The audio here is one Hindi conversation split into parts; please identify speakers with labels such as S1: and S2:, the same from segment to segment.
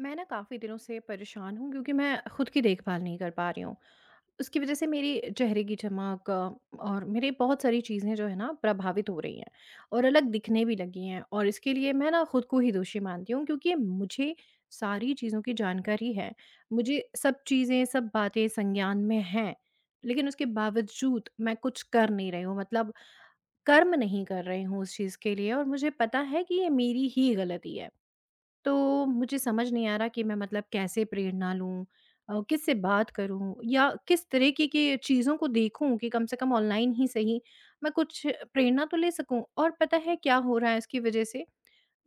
S1: मैं ना काफ़ी दिनों से परेशान हूँ क्योंकि मैं खुद की देखभाल नहीं कर पा रही हूँ। उसकी वज़ह से मेरी चेहरे की चमक और मेरी बहुत सारी चीज़ें जो है ना प्रभावित हो रही हैं और अलग दिखने भी लगी हैं और इसके लिए मैं ना खुद को ही दोषी मानती हूँ क्योंकि मुझे सारी चीज़ों की जानकारी है। मुझे सब चीज़ें, सब बातें संज्ञान में हैं, लेकिन उसके बावजूद मैं कुछ कर नहीं रही हूँ मतलब कर्म नहीं कर रही हूँ उस चीज़ के लिए और मुझे पता है कि ये मेरी ही गलती है। तो मुझे समझ नहीं आ रहा कि मैं मतलब कैसे प्रेरणा लूँ, किससे बात करूँ या किस तरीके की चीज़ों को देखूँ कि कम से कम ऑनलाइन ही सही मैं कुछ प्रेरणा तो ले सकूँ। और पता है क्या हो रहा है? इसकी वजह से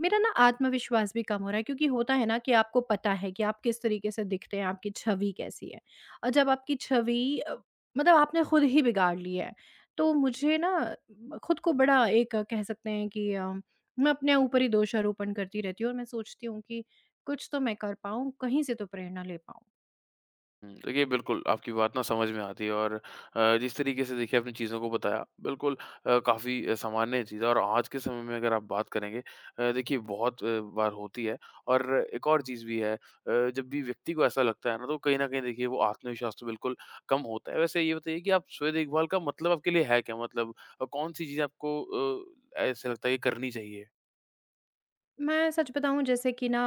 S1: मेरा ना आत्मविश्वास भी कम हो रहा है क्योंकि होता है ना कि आपको पता है कि आप किस तरीके से दिखते हैं, आपकी छवि कैसी है। और जब आपकी छवि मतलब आपने खुद ही बिगाड़ ली है, तो मुझे ना म खुद को बड़ा एक कह सकते हैं कि मैं अपने ऊपर ही दोषारोपण करती रहती हूँ और मैं सोचती हूँ कि कुछ तो मैं कर पाऊँ, कहीं से तो प्रेरणा ले पाऊँ।
S2: देखिए बिल्कुल, आपकी बात ना समझ में आती है। और जिस तरीके से देखिए आपने चीज़ों को बताया, बिल्कुल काफ़ी सामान्य चीज़ है। और आज के समय में अगर आप बात करेंगे, देखिए बहुत बार होती है। और एक और चीज़ भी है, जब भी व्यक्ति को ऐसा लगता है ना, तो कहीं न कहीं देखिए वो आत्मविश्वास तो बिल्कुल कम होता है। वैसे ये बताइए कि आप स्वयं देखभाल का मतलब आपके लिए है क्या? मतलब कौन-सी चीज़ें आपको ऐसे लगता है कि करनी चाहिए?
S1: मैं सच बताऊँ, जैसे कि ना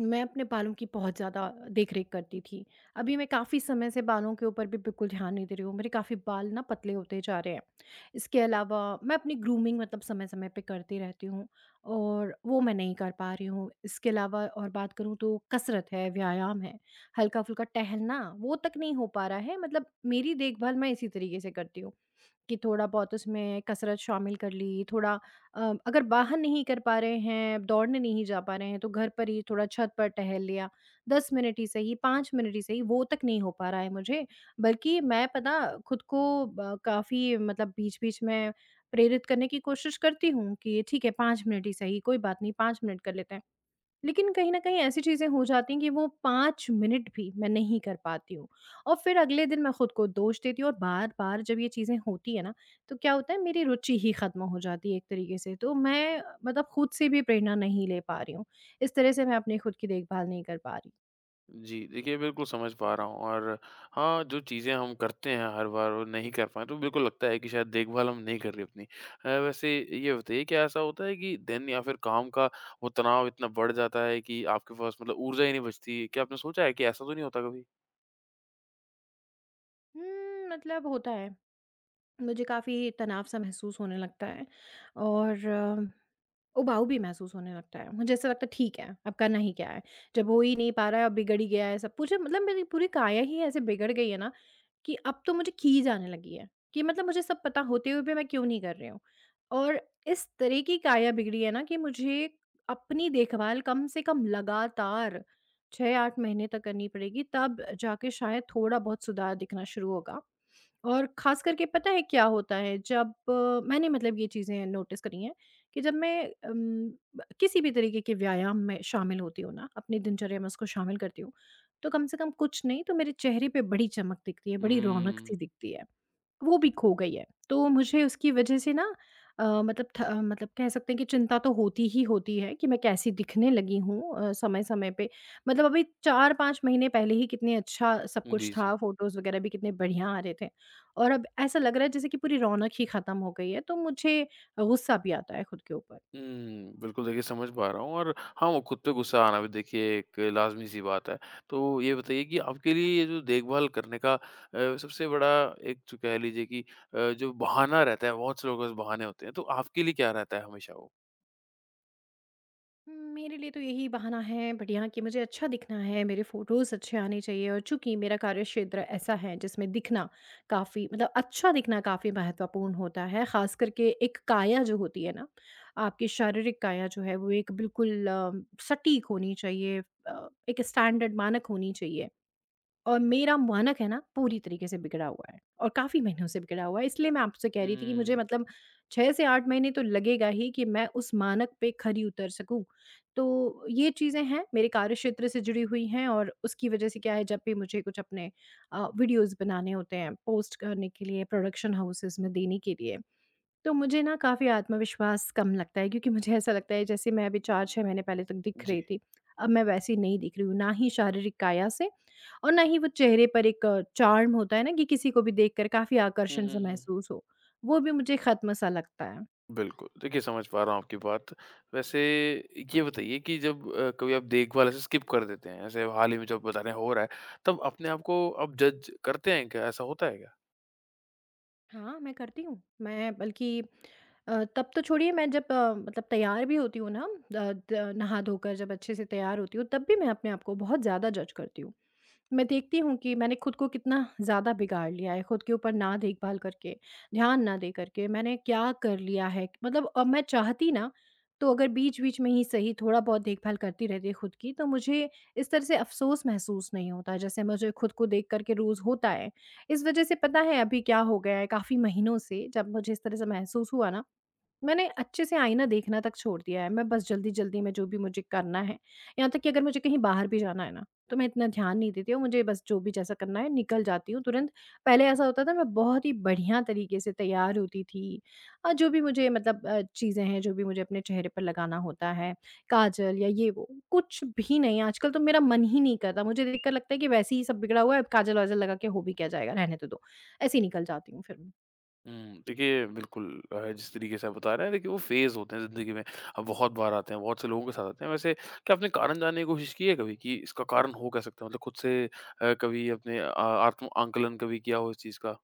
S1: मैं अपने बालों की बहुत ज़्यादा देख-रेख करती थी। अभी मैं काफ़ी समय से बालों के ऊपर भी बिल्कुल ध्यान नहीं दे रही हूँ। मेरे काफ़ी बाल ना पतले होते जा रहे हैं। इसके अलावा मैं अपनी ग्रूमिंग मतलब समय-समय पे करती रहती हूँ और वो मैं नहीं कर पा रही हूँ। इसके अलावा और बात करूँ तो कसरत है, व्यायाम है, हल्का-फुल्का टहलना, वो तक नहीं हो पा रहा है। मतलब मेरी देखभाल मैं इसी तरीके से करती हूँ कि थोड़ा बहुत उसमें कसरत शामिल कर ली, थोड़ा अ, अगर बाहर नहीं कर पा रहे हैं, दौड़ने नहीं जा पा रहे हैं, तो घर पर ही थोड़ा छत पर टहल लिया। 10 मिनट ही सही, 5 मिनट ही सही, वो तक नहीं हो पा रहा है मुझे, बल्कि मैं पता खुद को ब काफ़ी मतलब बीच-बीच में प्रेरित करने की कोशिश करती हूँ कि ठीक है 5 मिनट ही सही, कोई बात नहीं 5 मिनट कर लेते हैं। लेकिन कहीं न कहीं ऐसी चीज़ें हो जाती हैं कि वो 5 मिनट भी मैं नहीं कर पाती हूँ और फिर अगले दिन मैं खुद को दोष देती हूँ और बार-बार जब ये चीज़ें होती हैं ना, तो क्या होता है मेरी रुचि ही ख़त्म हो जाती है एक तरीके से। तो मैं मतलब खुद से भी प्रेरणा नहीं ले पा रही हूँ। इस तरह से मैं अपनी खुद की देखभाल नहीं कर पा रही।
S2: जी, देखिए बिल्कुल समझ पा रहा हूँ। और हाँ, जो चीज़ें हम करते हैं हर बार और नहीं कर पाए, तो बिल्कुल लगता है कि शायद देखभाल हम नहीं कर रहे अपनी। वैसे ये बताइए, क्या ऐसा होता है कि दिन या फिर काम का वो तनाव इतना बढ़ जाता है कि आपके पास मतलब ऊर्जा ही नहीं बचती? क्या आपने सोचा है कि ऐसा तो नहीं होता कभी?
S1: हुँ, मतलब होता है। मुझे काफ़ी तनाव सा महसूस होने लगता है और उबाऊ भी महसूस होने लगता है। मुझे ऐसा लगता है ठीक है, अब करना ही क्या है? जब हो ही नहीं पा रहा है, अब बिगड़ ही गया है सब कुछ, मतलब मेरी पूरी काया ही ऐसे बिगड़ गई है ना कि अब तो मुझे खीज आने लगी है कि मतलब मुझे सब पता होते हुए भी मैं क्यों नहीं कर रही हूँ। और इस तरह की काया बिगड़ी है ना कि मुझे अपनी देखभाल कम से कम लगातार 6-8 महीने तक करनी पड़ेगी, तब जाके शायद थोड़ा बहुत सुधार दिखना शुरू होगा। और ख़ास करके पता है क्या होता है, जब मैंने मतलब ये चीज़ें नोटिस करी हैं कि जब मैं अम, ब किसी भी तरीके के व्यायाम में शामिल होती हूँ ना, अपनी दिनचर्या में उसको शामिल करती हूँ, तो कम से कम कुछ नहीं तो मेरे चेहरे पे बड़ी चमक दिखती है, बड़ी
S2: हुँ।
S1: रौनक-सी दिखती है। वो भी खो गई है। तो मुझे उसकी वजह से ना, मतलब मतलब कह सकते हैं कि चिंता तो होती ही होती है कि मैं कैसी दिखने लगी हूँ समय-समय पे। मतलब अभी 4-5 महीने पहले ही कितने अच्छा सब
S2: जी,
S1: कुछ
S2: जी।
S1: था, फ़ोटोज़ वगैरह भी कितने बढ़िया आ रहे थे और अब ऐसा लग रहा है जैसे कि पूरी रौनक ही ख़त्म हो गई है, तो मुझे गुस्सा भी आता है खुद के ऊपर।
S2: बिल्कुल देखिए समझ पा रहा हूँ। और हाँ, वो खुद पे गुस्सा आना भी देखिए एक लाज़मी-सी बात है। तो ये बताइए कि आपके लिए ये जो देखभाल करने का सबसे बड़ा एक, जो कह लीजिए कि जो बहाना रहता है, बहुत से लोगों के पास बहाने होते हैं, तो आपके लिए क्या रहता है हमेशा वो?
S1: मेरे लिए तो यही बहाना है बढ़िया कि मुझे अच्छा दिखना है, मेरे फोटोज़ अच्छे आने चाहिए और चूंकि मेरा कार्य क्षेत्र ऐसा है जिसमें दिखना काफ़ी मतलब अच्छा दिखना काफ़ी महत्वपूर्ण होता है, ख़ास करके एक काया जो होती है ना, आपकी शारीरिक काया जो है वो एक बिल्कुल सटीक होनी चाहिए, एक स्टैंडर्ड मानक होनी चाहिए और मेरा मानक है ना, पूरी तरीके से बिगड़ा हुआ है और काफ़ी महीनों से बिगड़ा हुआ है। इसलिए मैं आपसे कह रही थी कि मुझे
S2: हुँ।
S1: मतलब 6 से 8 महीने तो लगेगा ही कि मैं उस मानक पे खरी उतर सकूँ। तो ये चीज़ें हैं, मेरे कार्यक्षेत्र से जुड़ी हुई हैं और उसकी वज़ह से क्या है जब भी मुझे कुछ अपने वीडियोज़ बनाने होते हैं, पोस्ट करने के लिए, प्रोडक्शन हाउसेज़ में देने के लिए, तो मुझे ना काफ़ी आत्मविश्वास कम लगता है क्योंकि मुझे ऐसा लगता है जैसे मैं अभी 4-6 महीने पहले तक दिख
S2: जी।
S1: रही थी, अब मैं वैसी नहीं दिख रही हूँ, ना ही शारीरिक काया से और ना ही वो चेहरे पर एक चार्म होता है ना कि किसी को भी देखकर काफ़ी
S2: हुँ,
S1: आकर्षण
S2: हुँ,
S1: सा
S2: हुँ।
S1: महसूस हो, वो भी मुझे ख़त्म सा लगता है।
S2: बिल्कुल, देखिए समझ पा रहा हूँ आपकी बात। वैसे ये बताइए कि जब कभी आप देखभाल ऐसे स्किप कर देते हैं, ऐसे हाल ही में जो आप बता रहे हैं हो रहा है, तब अपने आप को आप जज करते हैं क्या? ऐसा होता है क्या?
S1: हाँ, मैं करती हूँ। मैं बल्कि तब तो छोड़िए, मैं जब मतलब तैयार भी होती हूँ ना, द नहा धोकर जब अच्छे से तैयार होती हूँ, तब भी मैं अपने आप को बहुत ज़्यादा जज करती हूँ। मैं देखती हूँ कि मैंने खुद को कितना ज़्यादा बिगाड़ लिया है, खुद के ऊपर ना देखभाल करके, ध्यान ना दे करके मैंने क्या कर लिया है। मतलब अब मैं चाहती ना, तो अगर बीच-बीच में ही सही थोड़ा-बहुत देखभाल करती रहती खुद की, तो मुझे इस तरह से अफ़सोस महसूस नहीं होता, जैसे मुझे खुद को देख कर के रोज़ होता है। इस वज़ह से पता है अभी क्या हो गया है? काफ़ी महीनों से जब मुझे इस तरह से महसूस हुआ ना, मैंने अच्छे से आईना देखना तक छोड़ दिया है। मैं बस जल्दी-जल्दी में जो भी मुझे करना है, यहाँ तक कि अगर मुझे कहीं बाहर भी जाना है ना, तो मैं इतना ध्यान नहीं देती हूँ, मुझे बस जो भी जैसा करना है निकल जाती हूँ तुरंत। पहले ऐसा होता था मैं बहुत ही बढ़िया तरीके से तैयार होती थी। जो भी मुझे मतलब चीज़ें हैं, जो भी मुझे अपने चेहरे पर लगाना होता है, काजल या ये वो, कुछ भी नहीं। आजकल तो मेरा मन ही नहीं करता, मुझे देखकर लगता है कि वैसे ही सब बिगड़ा हुआ है, अब काजल-वाजल लगा के हो भी क्या जाएगा, रहने तो दो। ऐसे ही निकल जाती हूँ फिर मैं।
S2: देखिए बिल्कुल, जिस तरीके से आप बता रहे हैं देखिए, वो फ़ेज़ होते हैं ज़िंदगी में। अब बहुत बार आते हैं, बहुत से लोगों के साथ आते हैं। वैसे क्या आपने कारण जानने की कोशिश की है कभी, कि इसका कारण हो क्या सकता है? मतलब खुद से कभी अपने आत्म आंकलन कभी किया हो इस चीज़ का?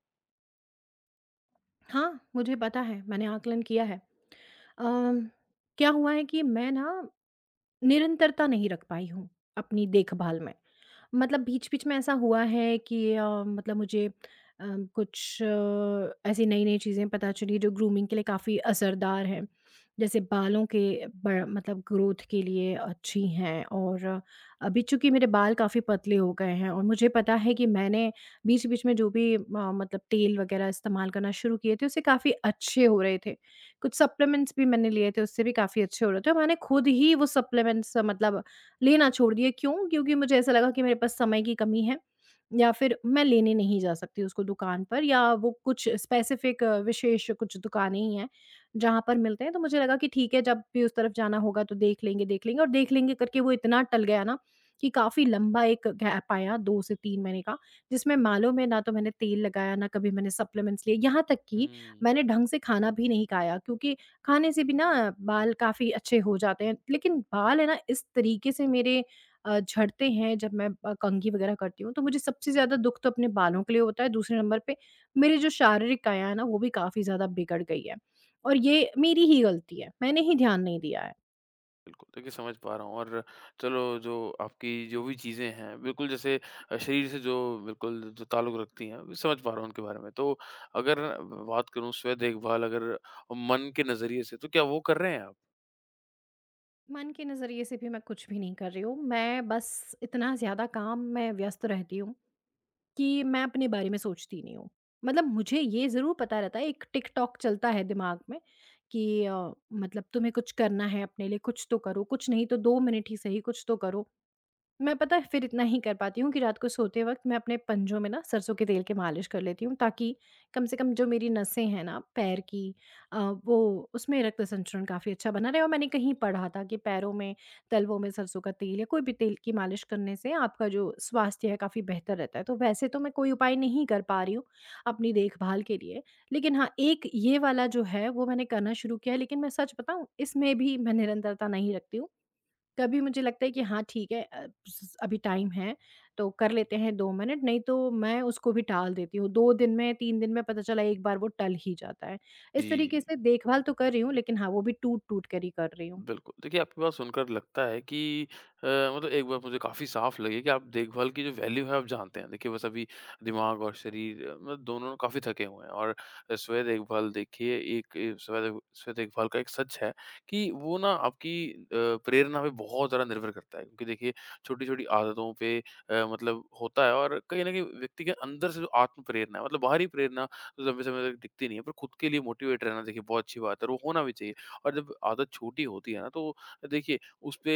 S1: हाँ, मुझे पता है, मैंने आकलन किया है। अम, क्या हुआ है कि मैं ना निरंतरता नहीं रख पाई हूँ अपनी देखभाल में। मतलब बीच-बीच में ऐसा हुआ है कि, मतलब मुझे कुछ ऐसी नई-नई चीज़ें पता चली जो ग्रूमिंग के लिए काफ़ी असरदार हैं। जैसे बालों के ब मतलब ग्रोथ के लिए अच्छी हैं और अभी चूँकि मेरे बाल काफ़ी पतले हो गए हैं और मुझे पता है कि मैंने बीच-बीच में जो भी मतलब तेल वगैरह इस्तेमाल करना शुरू किए थे, उससे काफ़ी अच्छे हो रहे थे। कुछ सप्लीमेंट्स भी मैंने लिए थे, उससे भी काफ़ी अच्छे हो रहे थे और मैंने खुद ही वो सप्लीमेंट्स मतलब लेना छोड़ दिया। क्यों? क्योंकि मुझे ऐसा लगा कि मेरे पास समय की कमी है या फिर मैं लेने नहीं जा सकती उसको दुकान पर, या वो कुछ स्पेसिफ़िक विशेष कुछ दुकानें ही हैं, जहाँ पर मिलते हैं। तो मुझे लगा कि ठीक है जब भी उस तरफ जाना होगा तो देख लेंगे और देख लेंगे करके वो इतना टल गया ना कि काफ़ी लंबा एक गैप आया, 2 से 3 महीने का, जिसमें मालूम है ना तो मैंने तेल लगाया, ना कभी मैंने सप्लीमेंट्स लिए। यहाँ तक कि
S2: हुँ,
S1: मैंने ढंग से खाना भी नहीं खाया क्योंकि खाने से भी ना बाल काफ़ी अच्छे हो जाते हैं। लेकिन बाल है ना, इस तरीके से मेरे झड़ते हैं जब मैं कंघी वग़ैरह करती हूँ, तो मुझे सबसे ज़्यादा दुःख तो अपने बालों के लिए होता है, दूसरे नंबर पे मेरी जो शारीरिक काया है ना, वो भी काफ़ी ज़्यादा बिगड़ गई है। और ये मेरी ही गलती है, मैंने ही ध्यान नहीं दिया है।
S2: बिल्कुल देखिए समझ पा रहा हूँ। और चलो, जो आपकी जो भी चीज़ें हैं बिल्कुल, जैसे शरीर से जो बिल्कुल जो ताल्लुक रखती हैं, मैं समझ पा रहा हूँ उनके बारे में। तो अगर बात करूँ स्व देखभाल अगर मन के नज़रिए से, तो क्या वो कर रहे हैं आप?
S1: मन के नज़रिए से भी मैं कुछ भी नहीं कर रही हूँ, मैं बस इतना ज़्यादा काम में व्यस्त रहती हूँ कि मैं अपने बारे में सोचती नहीं हूँ। मतलब मुझे ये ज़रूर पता रहता है, एक टिक-टॉक चलता है दिमाग में कि मतलब तुम्हें कुछ करना है अपने लिए, कुछ तो करो, कुछ नहीं तो 2 मिनट ही सही कुछ तो करो। मैं पता है फिर इतना ही कर पाती हूँ कि रात को सोते वक़्त मैं अपने पंजों में ना सरसों के तेल की मालिश कर लेती हूँ ताकि कम से कम जो मेरी नसें हैं ना पैर की, अ, वो उसमें रक्त संचरण काफ़ी अच्छा बना रहे, और मैंने कहीं पढ़ा था कि पैरों में, तलवों में सरसों का तेल या कोई भी तेल की मालिश करने से आपका जो स्वास्थ्य है काफ़ी बेहतर रहता है। तो वैसे तो मैं कोई उपाय नहीं कर पा रही हूँ अपनी देखभाल के लिए, लेकिन हाँ, एक ये वाला जो है वो मैंने करना शुरू किया है, लेकिन मैं सच बताऊँ इसमें भी मैं निरंतरता नहीं रखती हूँ। कभी मुझे लगता है कि हाँ ठीक है, अभी टाइम है तो कर लेते हैं दो मिनट, नहीं तो मैं उसको भी टाल देती हूँ। दो दिन में, तीन दिन में पता चला एक बार वो टल ही जाता है। इस तरीके
S2: जी।
S1: से देखभाल तो कर रही हूँ, लेकिन हाँ वो भी टूट टूट कर ही कर रही हूँ।
S2: बिल्कुल। देखिए, आपकी बात सुनकर लगता है कि अ, मतलब एक बात मुझे काफ़ी साफ़ लगी कि आप देखभाल की जो वैल्यू है आप जानते हैं। देखिए बस अभी दिमाग और शरीर, मतलब दोनों काफ़ी थके हुए हैं। और स्व देखभाल देखिए, एक ए, स्व देख स्व देखभाल का एक सच है कि वो ना आपकी प्रेरणा पे बहुत ज़्यादा निर्भर करता है। क्योंकि देखिए छोटी-छोटी आदतों पे मतलब होता है, और कहीं न कहीं व्यक्ति के अंदर से जो आत्म प्रेरणा है, मतलब बाहरी प्रेरणा तो लंबे समय तक टिकती नहीं है। पर खुद के लिए मोटिवेट रहना देखिए बहुत अच्छी बात है, और वो होना भी चाहिए। और जब आदत छोटी होती है ना, तो देखिए उसपे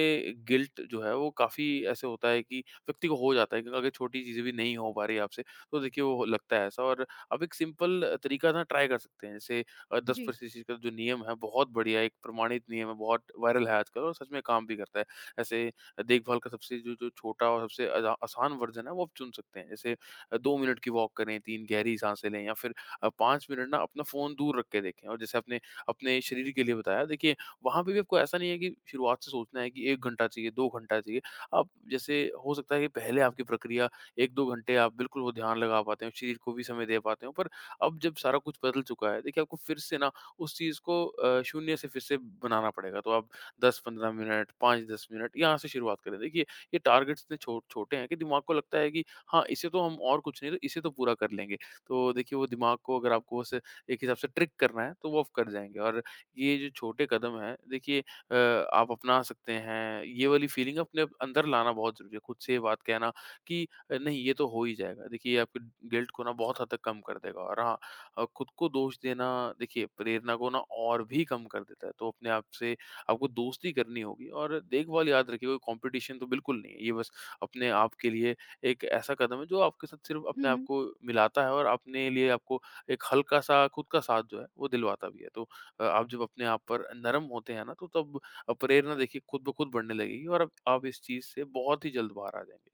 S2: गिल्ट जो है वो काफ़ी ऐसे होता है कि व्यक्ति को हो जाता है कि अगर छोटी चीज़ें भी नहीं हो पा रही आपसे, तो देखिए वो लगता है ऐसा। और आप एक सिंपल तरीका ना ट्राई कर सकते हैं। जैसे दस
S1: जी।
S2: प्रतिशत का जो नियम है, बहुत बढ़िया एक प्रमाणित नियम है, बहुत वायरल है आजकल और सच में काम भी करता है। ऐसे देखभाल का सबसे, जो जो छोटा और सबसे आसान वर्जन है, वो आप चुन सकते हैं। जैसे 2 मिनट की वॉक करें, तीन गहरी सांसें लें, या फिर 5 मिनट ना अपना फ़ोन दूर रख के देखें। और जैसे अपने अपने शरीर के लिए बताया। देखिए, वहाँ पे भी आपको ऐसा नहीं है कि शुरुआत से सोचना है कि 1 घंटा चाहिए, 2 घंटा चाहिए। आप, जैसे हो सकता है कि पहले आपकी प्रक्रिया 1-2 घंटे आप बिल्कुल वो ध्यान लगा पाते हो, शरीर को भी समय दे पाते हो। पर अब जब सारा कुछ बदल चुका है, देखिए आपको फिर से ना उस चीज़ को शून्य से फिर से बनाना पड़ेगा। तो आप 10-15 मिनट, 5-10 मिनट यहाँ से शुरुआत करें। देखिए, ये टारगेट्स इतने छो छोटे हैं कि दिमाग को लगता है कि हाँ, इसे तो हम और कुछ नहीं तो इसे तो पूरा कर लेंगे। तो देखिए वो दिमाग को अगर आपको बस एक हिसाब से ट्रिक करना है, तो वो आप कर जाएँगे। और ये जो छोटे कदम हैं देखिए, आप अपना सकते हैं। ये वाली फीलिंग अपने अंदर लाना बहुत ज़रूरी है। खुद से ये बात कहना कि " नहीं, ये तो हो ही जाएगा।" देखिए ये आपके गिल्ट को ना बहुत हद तक कम कर देगा। और हाँ, खुद को दोष देना देखिए प्रेरणा को ना और भी कम कर देता है। तो अपने आप से आपको दोस्ती करनी होगी। और देखभाल याद रखिए, कोई कॉम्पिटिशन तो बिल्कुल नहीं है। ये बस अपने आप के लिए एक ऐसा कदम है जो आपके साथ सिर्फ़ अपने आप को मिलाता है, और अपने लिए आपको एक हल्का-सा खुद का साथ जो है वो दिलवाता भी है। तो आप जब अपने आप पर नरम होते हैं ना, तो तब प्रेरणा देखिए खुद ब खुद बढ़ने लगेगी, और अब आप इस चीज़ से बहुत ही जल्द बाहर आ जाएँगे।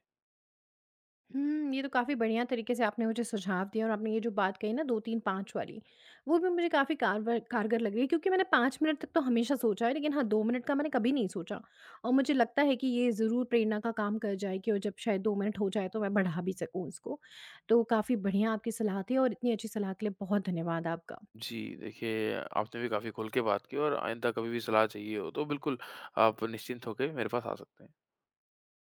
S1: हुँ, ये तो काफ़ी बढ़िया तरीके से आपने मुझे सुझाव दिए और आपने ये जो बात कही ना 2, 3, 5 वाली, वो भी मुझे काफ़ी कारगर कारगर लग रही है, क्योंकि मैंने 5 मिनट तक तो हमेशा सोचा है, लेकिन हाँ, 2 मिनट का मैंने कभी नहीं सोचा और मुझे लगता है कि ये ज़रूर प्रेरणा का काम कर जाएगी और जब शायद 2 मिनट हो जाए तो मैं बढ़ा भी सकूँ इसको। तो काफ़ी बढ़िया आपकी सलाह थी और इतनी अच्छी सलाह के लिए बहुत धन्यवाद आपका।
S2: जी, देखिए आपने भी काफ़ी खुल के बात की। और आइंदा कभी भी सलाह चाहिए हो तो बिल्कुल आप निश्चिंत होके मेरे पास आ सकते हैं।